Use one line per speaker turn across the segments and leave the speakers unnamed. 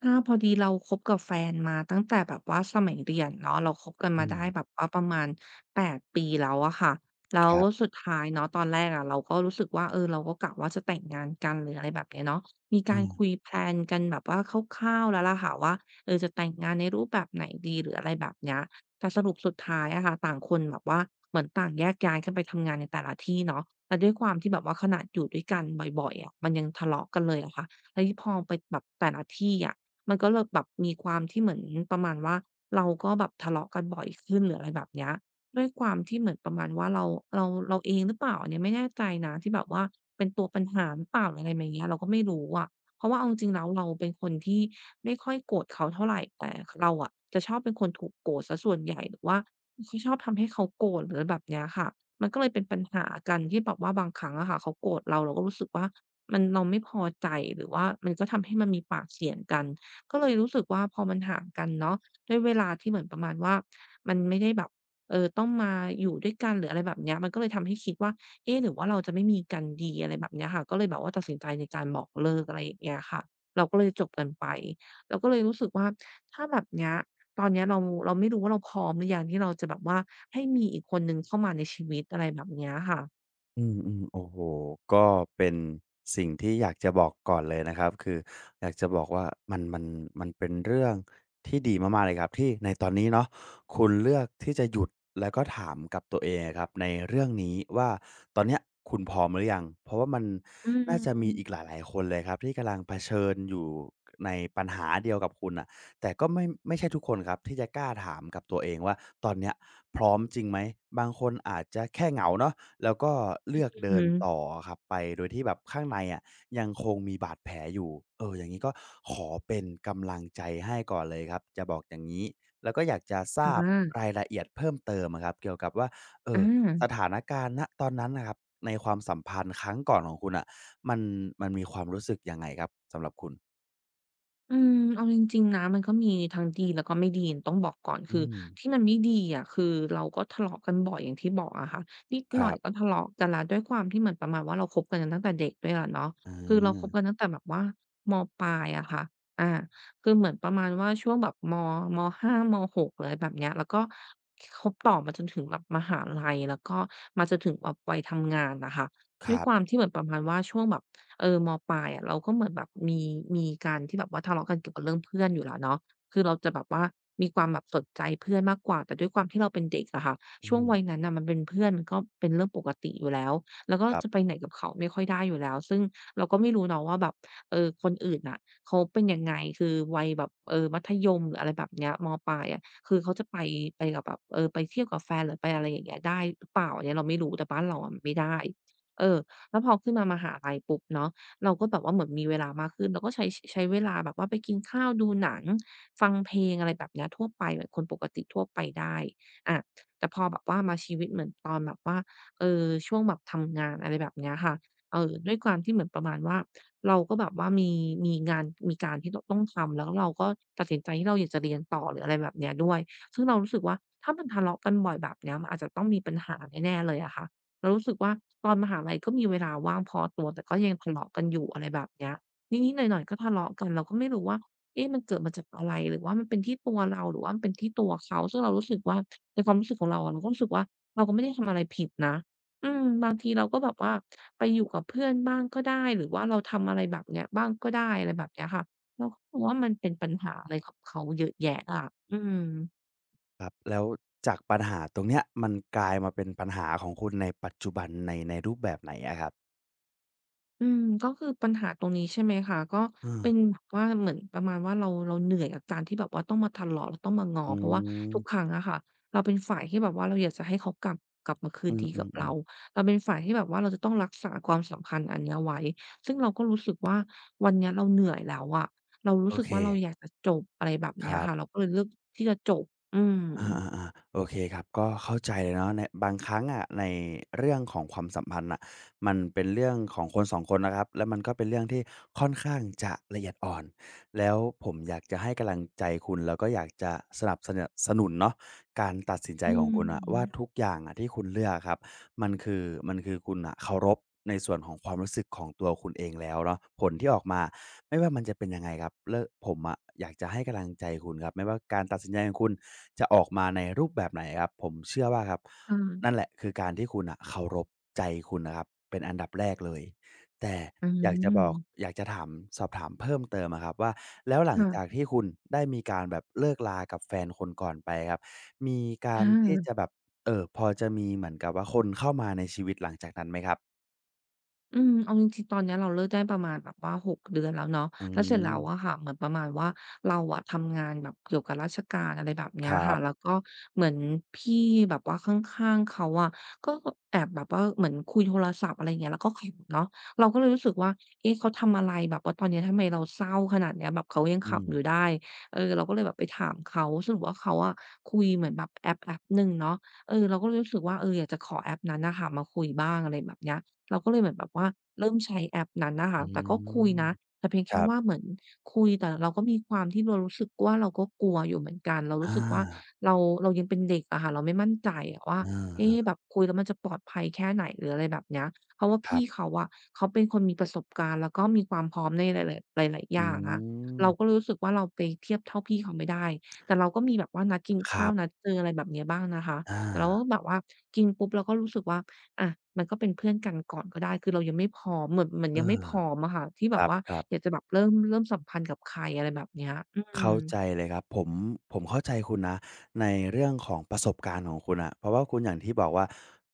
ถ้าพอดีเราคบกับแฟนมาตั้งแต่แบบว่าสมัยเรียนเนาะเราคบกัน
อื
มา
ม
ได้แบบว่าประมาณ8ปดปีแล้วอะค่ะแล้
ค
ว
รับ
สุดท้ายเนาะตอนแรกอะเราก็รู้สึกว่าเราก็กะว่าจะแต่งงานกันหรืออะไรแบบเนี้ยเนาะมี
อา
การคุยแพลนกันแบบว่าคร่าวๆแล้วล่ะค่ะว่าจะแต่งงานในรูปแบบไหนดีหรืออะไรแบบเนี้ยแต่สรุปสุดท้ายอะค่ะต่างคนแบบว่าเหมือนต่างแยกย้ายกันไปทำงานในแต่ละที่เนาะแล้วด้วยความที่แบบว่าขนาดอยู่ด้วยกันบ่อยๆอะมันยังทะเลาะกันเลยอะค่ะแล้วยิ่งพอไปแบบแต่ละที่อะ มันก็เลยแบบมีความที่เหมือนประมาณว่าเราก็แบบทะเลาะกันบ่อยขึ้นหรืออะไรแบบเนี้ยด้วยความที่เหมือนประมาณว่าเราเองหรือเปล่าอันเนี้ยไม่แน่ใจนะที่แบบว่าเป็นตัวปัญหาหรือเปล่าหรืออะไรมาเงี้ยเราก็ไม่รู้อะเพราะว่าเอาจริงๆแล้วเราเป็นคนที่ไม่ค่อยโกรธเขาเท่าไรแต่คเราอะจะชอบเป็นคนถูกโกรธเสียส่วนใหญ่หรือว่าเขาชอบทำให้เขาโกรธหรืออะไรแบบเนี้ยค่ะมันก็เลยเป็นปัญหากันที่แบบว่าบางครั้งอะค่ะเขาโกรธเราเราก็รู้สึกว่ามันเราไม่พอใจหรือว่ามันก็ทำให้มันมีปากเสียงกัน ก็เลยรู้สึกว่าพอมันห่างกันเนาะด้วยเวลาที่เหมือนประมาณว่ามันไม่ได้แบบต้องมาอยู่ด้วยกันหรืออะไรแบบเนี้ยมันก็เลยทำให้คิดว่าเอ๊ะหรือว่าเราจะไม่มีกันดีอะไรแบบเนี้ยค่ะก็เลยแบบว่าตัดสินใจในการบอกเลิกอะไรอย่างเงี้ยค่ะเราก็เลยจบกันไปเราก็เลยรู้สึกว่าถ้าแบบเนี้ยตอนเนี้ยเราไม่รู้ว่าเราพร้อมหรือยังที่เราจะแบบว่าให้มีอีกคนหนึ่งเข้ามาในชีวิตอะไรแบบเนี้ยค่ะ
อืมๆโอ้โฮก็เป็นสิ่งที่อยากจะบอกก่อนเลยนะครับ คืออยากจะบอกว่ามันมันมันเป็นเรื่องที่ดีมากๆเลยครับ ที่ในตอนนี้เนาะคุณเลือกที่จะหยุดแล้วก็ถามกับตัวเองอะครับในเรื่องนี้ว่าตอนเนี้ยคุณพร้อมหรือยัง เพราะว่ามัน
อื
น่าจะมีอีกห
ม
ลายๆคนเลยครับที่กำลังเผชิญอยู่ในปัญหาเดียวกับคุณน่ะ แต่ก็ไม่ใช่ทุกคนครับที่จะกล้าถามกับตัวเองว่าตอนเนี้ยพร้อมจริงไหมบางคนอาจจะแค่เหงาเนาะแล้วก็เลือกเดิ
อื
น
ม
ต่อครับไปโดยที่แบบข้างในอะยังคงมีบาดแผลอยู่เอออย่างงี้ก็ขอเป็นกำลังใจให้ก่อนเลยครับจะบอกอย่างงี้แล้วก็อยากจะท
ค่
ราบ
ะ
รายละเอียดเพิ่มเติมอะครับเกี่ยวกับว่าเอ่อ
อา
สถานการณ์ณตอนนั้นน่ะครับในความสัมพันธ์ครั้งก่อนของคุณน่ะมันมันมีความรู้สึกยังไงครับสำหรับคุณ
อืมเอาจริงๆนะมันก็มีทั้งดีแล้วก็ไม่ดีต้องบอกก่อน
อื
คือ
ม
ที่มันไม่ดีอะคือเราก็ทะเลาะกันบ่อยอย่างที่บอกอะค่ะนิด
ค
หน่อ
รั
ย
บ
ก็ทะเลาะกันแล้วด้วยความที่เหมือนประมาณว่าเราคบกันตั้งแต่เด็กด้วยอะเนาะ
อา
คือเราคบกันตั้งแต่แบบว่ามปลายอะค่ะอาคือเหมือนประมาณว่าช่วงแบบม5ม6อะไรแบบเนี้ยแล้วก็คบต่อมาจนถึงแบบมหาลัยแล้วก็มาจนถึงแบบวัยทำงานน่ะค่ะ
ค
ด้วย
รั
ความ
บ
ที่เหมือนประมาณว่าช่วงแบบ มปลายอะเราก็เหมือนแบบมีการที่แบบว่าทะเลาะกันเกี่ยวกับเรื่องเพื่อนอยู่แล้วเนาะคือเราจะแบบว่ามีความแบบสนใจเพื่อนมากกว่า แต่ด้วยความที่เราเป็นเด็กอะค่ะ
อื
ช่วง
ม
วัยนั้นน่ะมันเป็นเพื่อนมันก็เป็นเรื่องปกติอยู่แล้ว แล้วก็
ครั
จะไป
บ
ไหนกับเขาไม่ค่อยได้อยู่แล้วซึ่งเราก็ไม่รู้เนาะว่าแบบคนอื่นน่ะเขาเป็นยังไงคือวัยแบบมัธยมหรืออะไรแบบเนี้ยมปลายอะคือเขาจะไปกับแบบไปเที่ยวกับแฟนหรือไปอะไรอย่างเงี้ยได้หรือเปล่าอันเนี้ยเราไม่รู้แต่บ้านเราอะมันไม่ได้เออ แล้วพอขึ้นมามหาลัยปุ๊บเนาะเราก็แบบว่าเหมือนมีเวลามากขึ้นเราก็ใช้เวลาแบบว่าไปกินข้าวดูหนังฟังเพลงอะไรแบบเนี้ยทั่วไปเหมือนคนปกติทั่วไปได้อาแต่พอแบบว่ามาชีวิตเหมือนตอนแบบว่าช่วงแบบทำงานอะไรแบบเนี้ยค่ะด้วยความที่เหมือนประมาณว่าเราก็แบบว่ามีงานมีการที่เราต้องทำแล้วเราก็ตัดสินใจที่เราอยากจะเรียนต่อหรืออะไรแบบเนี้ยด้วยซึ่งเรารู้สึกว่าถ้ามันทะเลาะกันบ่อยแบบเนี้ยมันอาจจะต้องมีปัญหาแน่ๆเลยอะค่ะ เรารู้สึกว่าตอนมหาลัยก็มีเวลาว่างพอตัวแต่ก็ยังทะเลาะกันอยู่อะไรแบบเนี้ยนิดๆหน่อยๆก็ทะเลาะกันเราก็ไม่รู้ว่าเอ๊ะมันเกิดมาจากอะไรหรือว่ามันเป็นที่ตัวเราหรือว่ามันเป็นที่ตัวเขาซึ่งเรารู้สึกว่าในความรู้สึกของเราอะเราก็รู้สึกว่าเราก็ไม่ได้ทำอะไรผิดนะอืมบางทีเราก็แบบว่าไปอยู่กับเพื่อนบ้างก็ได้หรือว่าเราทำอะไรแบบเนี้ยบ้างก็ได้อะไรแบบเนี้ยค่ะเราก็มองว่ามันเป็นปัญหาอะไรกับเขาเยอะแยะอะอืม
ครับ แล้วจากปัญหาตรงเนี้ยมันกลายมาเป็นปัญหาของคุณในปัจจุบันในรูปแบบไหนอะครับ
อืมก็คือปัญหาตรงนี้ใช่ไหมคะก็
เออ
เป็นแบบว่าเหมือนประมาณว่าเราเหนื่อยกับการที่แบบว่าต้องมาทะเลาะแล้วต้องมาง้อ
อื
เพราะว่า
ม
ทุกครั้งอะค่ะเราเป็นฝ่ายที่แบบว่าเราอยากจะให้เขากลับมาคื
อื
นดีกับ
ม
เรา
ๆๆ
เราเป็นฝ่ายที่แบบว่าเราจะต้องรักษาความสัมพันธ์อันเนี้ยไว้ซึ่งเราก็รู้สึกว่าวันเนี้ยเราเหนื่อยแล้วอะเรารู้
โอ
สึก
เค
ว่าเราอยากจะจบอะไรแบบ
ค
เนี้ย
รั
ค่ะเรา
บ
ก็เลยเลือกที่จะจบอืม
อาๆๆโอเคครับก็เข้าใจเลยเนาะในบางครั้งอะในเรื่องของความสัมพันธ์น่ะมันเป็นเรื่องของคนสองคนนะครับแล้วมันก็เป็นเรื่องที่ค่อนข้างจะละเอียดอ่อนแล้วผมอยากจะให้กำลังใจคุณแล้วก็อยากจะสนับสนะสนุนเนาะการตัดสินใจ
อื
ของคุณน่ะว่าทุก
ม
อย่างอะที่คุณเลือกอะครับมันคือคุณน่ะเคารพในส่วนของความรู้สึกของตัวคุณเองแล้วเนาะผลที่ออกมา ไม่ว่ามันจะเป็นยังไงครับเลิกผมอะอยากจะให้กำลังใจคุณครับไม่ว่าการตัดสินใจของคุณจะออกมาในรูปแบบไหนครับผมเชื่อว่าครับ
ค
นั่นแห
่ะ
ละคือการที่คุณน่ะเคารพใจคุณนะครับเป็นอันดับแรกเลยแต่
อื
อยากจะบ
ม
อกอยากจะถามสอบถามเพิ่มเติมอะครับว่าแล้วหลังจาก
ค่ะ
ที่คุณได้มีการแบบเลิกรากับแฟนคนก่อนไปครับมีการ
อา
ที่จะแบบพอจะมีเหมือนกับว่าคนเข้ามาในชีวิตหลังจากนั้นไหมครับ
อืมเอาจริงๆตอนเนี้ยเราเลิกได้ประมาณแบบว่า6เดือนแล้วเนาะ
อื
แล้วเสร็จแล้
ม
วอะค่ะเหมือนประมาณว่าเราอะทำงานแบบเกี่ยวกับราชการอะไรแบบเนี้
ค
ย
รั
ค่ะ
บ
แล้วก็เหมือนพี่แบบว่าข้างๆเขาอะก็แอบแบบว่าเหมือนคุยโทรศัพท์อะไรอย่างเงี้ยแล้วก็ขำเนาะเราก็เลยรู้สึกว่าเอ๊ะเขาทำอะไรแบบว่าตอนเนี้ยทำไมเราเศร้าขนาดเนี้ยแบบเขายัง
อืม
ขำอยู่ได้เออเราก็เลยแบบไปถามเขาสรุปว่าเขาอะคุยเหมือนแบบแอปหนึ่งเนาะเออเราก็เลยรู้สึกว่าเอออยากจะขอแอปนั้นน่ะค่ะมาคุยบ้างอะไรแบบเนี้ย เราก็เลยเหมือนแบบว่าเริ่มใช้แอปนั้นน่ะ
อื
ค่ะแต่ก็คุย
ม
นะแต่เพียง
ค
แค่
รั
ว่าเห
บ
มือนคุยแต่เราก็มีความที่เรารู้สึกว่าเราก็กลัวอยู่เหมือนกันเรารู้
อา
สึกว่าเราเรายังเป็นเด็กอะค่ะเราไม่มั่นใจอะว่า
เ
เอ๊ะ
ออ
แบบคุยแล้วมันจะปลอดภัยแค่ไหนหรืออะไรแบบเนี้ยเพราะว่า
ๆครับ
พี่เขาอะเขาเป็นคนมีประสบการณ์แล้วก็มีความพร้อมในหลายๆหลายๆอ
อื
ย่างอะเราก็
ม
รู้สึกว่าเราไปเทียบเท่าพี่เขาไม่ได้แต่เราก็มีแบบว่านัดกิน
ครั
ข้าวนัด
บ
เจออะไรแบบเนี้ยบ้างนะคะ
อา
แต่เราก็แบบว่ากินปุ๊บเราก็รู้สึกว่า อะมันก็เป็นเพื่อนกันก่อนก็ได้คือเรายังไม่พร้อมเหมือน
เออ
ยังไม่พร้อมอะค่ะที่
ค
แบ
ร
บว่า
ับ
อ
ๆ
ยากจะแบบเริ่มสัมพันธ์กับใครอะไรแบบเนี้ยอืม
เข้าใจเลยครับผมผมเข้าใจคุณนะในเรื่องของประสบการณ์ของคุณอะเพราะว่าคุณอย่างที่บอกว่า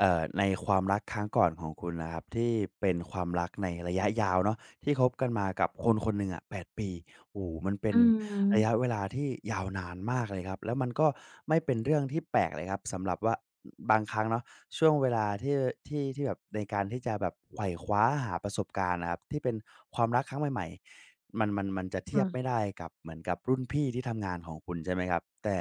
ในความรักครั้งก่อนของคุณนะครับที่เป็นความรักในระยะยาวเนาะที่คบกันมากับคนคนหนึ่งอะ8ปดปี โอ้โฮมันเป็
อื
นระยะเว
ม
ลาที่ยาวนานมากเลยครับแล้วมันก็ไม่เป็นเรื่องที่แปลกเลยครับสำหรับว่าบางครั้งเนาะช่วงเวลาที่ที่แบบในการที่จะแบบไขว่คว้าหาประสบการณ์อะครับที่เป็นความรักครั้งใหม่ๆมันจะเทีย
ค่ะ
บไม่ได้กับเหมือนกับรุ่นพี่ที่ทำงานของคุณใช่ไหมครับแต่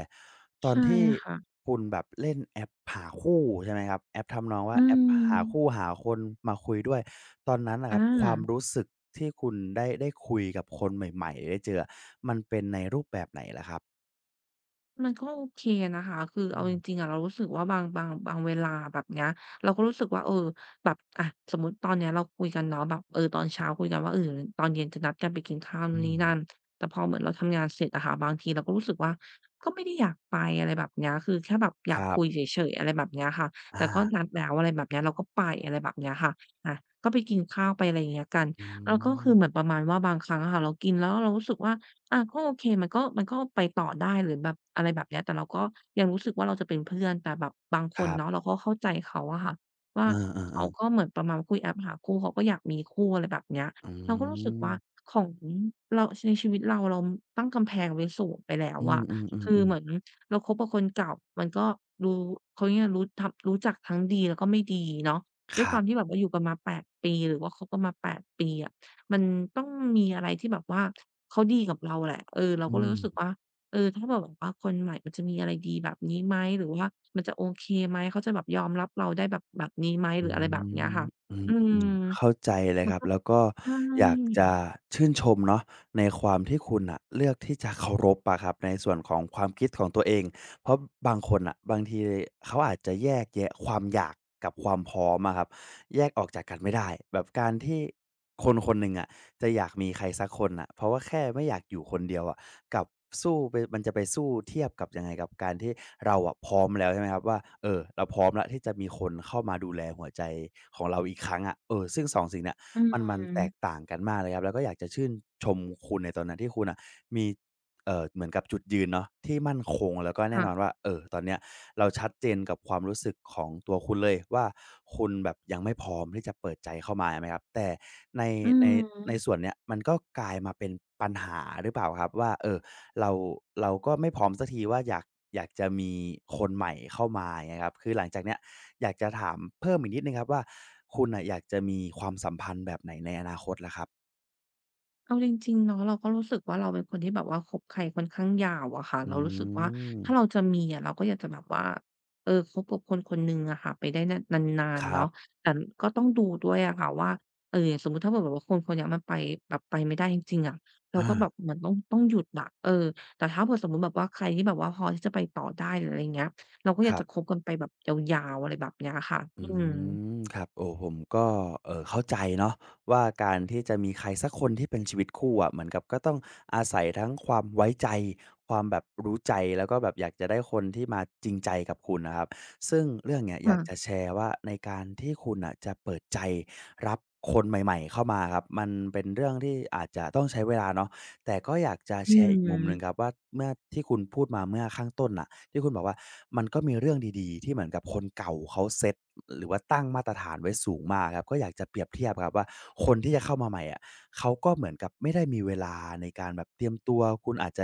ตอน
ใช่
ที่
ค่ะ
คุณแบบเล่นแอปหาคู่ใช่ไหมครับแอปทำนองว่า
อื
แอปหาคู่
ม
หาคนมาคุยด้วยตอนนั้นนะค
อ
รับความ
า
รู้สึกที่คุณได้คุยกับคนใหม่ๆได้เจออมันเป็นในรูปแบบไหนล่ะครับ
มันก็โอเคนะคะคือ
อื
เอาจ
ม
ริงๆอะเรารู้สึกว่าบางเวลาแบบเนี้ยเราก็รู้สึกว่าเออแบบอะสมมุติตอนเนี้ยเราคุยกันเนาะแบบเออตอนเช้าคุยกันว่าเออตอนเย็นจะนัดกันไปกินข้าวนู่
อื
นนี่
ม
นั่นแต่พอเหมือนเราทำงานเสร็จอะค่ะบางทีเราก็รู้สึกว่าก็ไม่ได้อยากไปอะไรแบบเนี้ยคือแค่แบบอ
ค
ยาก
รับ
คุยเฉยๆอะไรแบบเนี้ยค่ะ
อา
แต่ก็นัดแล้วอะไรแบบเนี้ยเราก็ไปอะไรแบบเนี้ยค่ะอะก็ไปกินข้าวไปอะไรอย่างเงี้ยกัน
อื
แล้วก็คือเหมือน
ม
ประมาณว่าบางครั้งอะค่ะเรากินแล้วเรารู้สึกว่า อาก็โอเคมันก็ไปต่อได้หรือแบบอะไรแบบเนี้ยแต่เราก็ยังรู้สึกว่าเราจะเป็นเพื่อนแต่แบบบางค
ค
น
รั
เนาะ
บ
เราก็เข้าใจเขาอะค่ะ
เอ
ว่าเขา
อๆ
ก็
ๆ
เหมือนประมาณคุยแอปหาคู่เขาก็อยากมีคู่อะไรแบบเนี้ย
อื
เราก็รู้สึกว่า
ม
ของเราในชีวิตเราตั้งกำแพงไว้สูงไปแล้ว
อืม
อะคือเห
ๆๆ
มือน
ๆ
เราคบกับคนเก่ามันก็รู้เขาเรียกอะไรรู้ทับรู้จักทั้งดีแล้วก็ไม่ดีเนาะ
ค
ด้วยค
รั
วาม
บ
ที่แบบว่าอยู่กันมาแปดปีหรือว่าคบกันมาแปดปีอะ มันต้องมีอะไรที่แบบว่าเขาดีกับเราแหละเออเรา
อื
ก็เลย
ม
รู้สึกว่าเออถ้าแบบว่าคนใหม่มันจะมีอะไรดีแบบนี้ไหมหรือว่ามันจะโอเคไหมเขาจะแบบยอมรับเราได้แบบนี้ไหมห
อื
รืออะไรแบบเนี้ย
ม
ค่ะ
อืม
อื
อื
ม
มเข้าใจเลย
มั
ค
น
รับ
ก็
แล้วก็
ใช่
อยากจะชื่นชมเนาะในความที่คุณน่ะเลือกที่จะเคารพอะครับในส่วนของความคิดของตัวเองเพราะบางคนน่ะบางทีเขาอาจจะแยกแยะความอยากกับความพร้อมอะครับแยกออกจากกันไม่ได้แบบการที่คนๆหนึ่งอะ จะอยากมีใครสักคนน่ะเพราะว่าแค่ไม่อยากอยู่คนเดียวอะกับสู้ไปมันจะไปสู้เทียบกับยังไงกับการที่เราอะพร้อมแล้วใช่ไหมครับว่าเออเราพร้อมแล้วที่จะมีคนเข้ามาดูแลหัวใจของเราอีกครั้งอะเออซึ่งสองสิ่งเนี้ย
อื
มันแตก
ม
ต่างกันมากเลยครับแล้วก็อยากจะชื่นชมคุณในตอนนั้นที่คุณน่ะมีเหมือนกับจุดยืนเนาะที่มั่นคงแล้วก็แน่นอน
ค่ะ
ว่าเอ่อตอนเนี้ย เราชัดเจนกับความรู้สึกของตัวคุณเลยว่าคุณแบบยังไม่พร้อมที่จะเปิดใจเข้ามาไหมครับแต่ใน
อื
ในใน
ม
ส่วนเนี้ยมันก็กลายมาเป็นปัญหาหรือเปล่าครับว่าเออเราเราก็ไม่พร้อมสักทีว่าอยากจะมีคนใหม่เข้ามาอย่างเงี้ยครับคือหลังจากเนี้ยอยากจะถามเพิ่มอีกนิดหนึ่งครับว่าคุณน่ะอยากจะมีความสัมพันธ์แบบไหนในอนาคตล่ะครับ
เอาจริงๆเนาะเราก็รู้สึกว่าเราเป็นคนที่แบบว่าคบใครค่อนข้างยาวอะค่ะ
อื
เรารู้สึกว่า
ม
ถ้าเราจะมีอะเราก็อยากจะแบบว่าเออคบกับคนคนหนึ่งอะค่ะไปได้นะนาน
ค
ๆ
รั
เนาะ
บ
แต่ก็ต้องดูด้วยอะค่ะว่าเอ่อสมมุติถ้าเผื่อแบบว่าคนคนเนี้ยมันไปแบบไปไม่ได้จริงๆอะเรา
อา
ก็แบบเหมือนต้องหยุดอะเออแต่ถ้าเผื่อสมมุติแบบว่าใครที่แบบว่าพอที่จะไปต่อได้หรืออะไรอย่างเงี้ยเราก็อ
ค
ยาก
รั
จะคบ
บ
กันไปแบบยาวๆอะไรแบบเนี้ยค่ะ
อื
อืม
มครับโอ้ผมก็เข้าใจเนาะว่าการที่จะมีใครสักคนที่เป็นชีวิตคู่อะเหมือนกับก็ต้องอาศัยทั้งความไว้ใจความแบบรู้ใจแล้วก็แบบอยากจะได้คนที่มาจริงใจกับคุณนะครับซึ่งเรื่องเนี้ยอยากจะ
ค่ะ
แชร์ว่าในการที่คุณน่ะจะเปิดใจรับคนใหม่ๆเข้ามาครับมันเป็นเรื่องที่อาจจะต้องใช้เวลาเนาะแต่ก็อยากจะ
อื
แชร์อีกมุมหนึ่งครับ
ม
ว่าเมื่อที่คุณพูดมาเมื่อข้างต้นน่ะ ที่คุณบอกว่ามันก็มีเรื่องดีๆที่เหมือนกับคนเก่าเขาเซตหรือว่าตั้งมาตรฐานไว้สูงมากครับก็อยากจะเปรียบเทียบครับว่าคนที่จะเข้ามาใหม่อะเขาก็เหมือนกับไม่ได้มีเวลาในการแบบเตรียมตัวคุณอาจจะ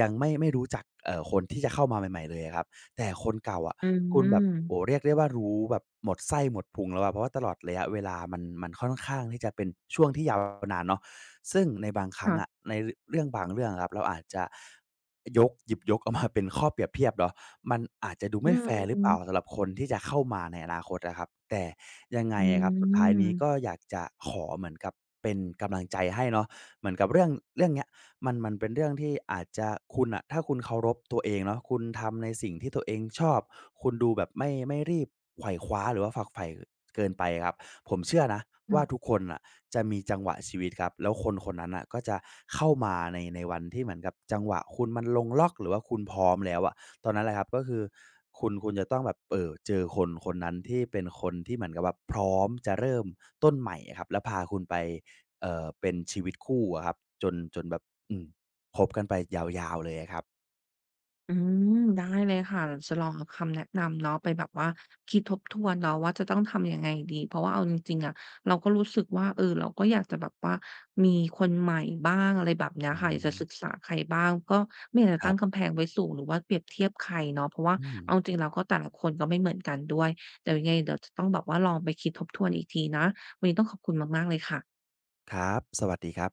ยังไม่รู้จักคนที่จะเข้ามาใหม่ๆเลยอะครับแต่คนเก่าอะ
อื
คุณ
ม
แบบโอ้โฮเรียกได้ว่ารู้แบบหมดไส้หมดพุงแล้วอะเพราะว่าตลอดระยะเวลามันค่อนข้างที่จะเป็นช่วงที่ยาวนานเนาะซึ่งในบางครั้งอะ
ค่ะ
ในรเรื่องบางเรื่องอะครับเราอาจจะ ยกหยิบยกเอามาเป็นข้อเปรียบเทียบเหรอมันอาจจะดู
อื
ไม่แฟร์หรือเปล่า
ม
สำหรับคนที่จะเข้ามาในอนาคตอะครับแต่ยังไง
อื
อะครับสุดท้ายนี้ก็
ม
อยากจะขอเหมือนกับเป็นกำลังใจให้เนาะเหมือนกับเรื่องเนี้ยมันเป็นเรื่องที่อาจจะคุณน่ะถ้าคุณเคารพตัวเองเนาะคุณทำในสิ่งที่ตัวเองชอบคุณดูแบบไม่รีบไขว่คว้าหรือว่าฝักใฝ่เกินไปอะครับผมเชื่อนะว่าทุก
ค่ะ
คนน่ะ จะมีจังหวะชีวิตครับแล้วคนคนนั้นน่ะก็จะเข้ามาในวันที่เหมือนกับจังหวะคุณมันลงล็อกหรือว่าคุณพร้อมแล้วอะตอนนั้นแหละครับก็คือคุณจะต้องแบบเจอคนคนนั้นที่เป็นคนที่เหมือนกับแบบพร้อมจะเริ่มต้นใหม่อะครับแล้วพาคุณไปเป็นชีวิตคู่อะครับจนแบบอืมคบกันไปยาวๆเลยอะครับ
อืมได้เลยค่ะเราจะลองเอาคำแนะนำเนาะไปแบบว่าคิดทบทวนเนาะว่าจะต้องทำยังไงดีเพราะว่าเอาจริงๆอะเราก็รู้สึกว่าเออเราก็อยากจะแบบว่ามีคนใหม่บ้างอะไรแบบเนี้ย
อื
ค่ะอยาก
ม
จะศึกษาใครบ้างก็ไม่อยากจะ
ครั
ตั้ง
บ
กำแพงไว้สูงหรือว่าเปรียบเทียบใครเนาะเพราะว่า
อืม
เอาจริงๆแล้วก็แต่ละคนก็ไม่เหมือนกันด้วยเดี๋ยวยังไงเดี๋ยวจะต้องแบบว่าลองไปคิดทบทวนอีกทีนะวันนี้ต้องขอบคุณมากๆเลยค่ะ
ครับสวัสดีครับ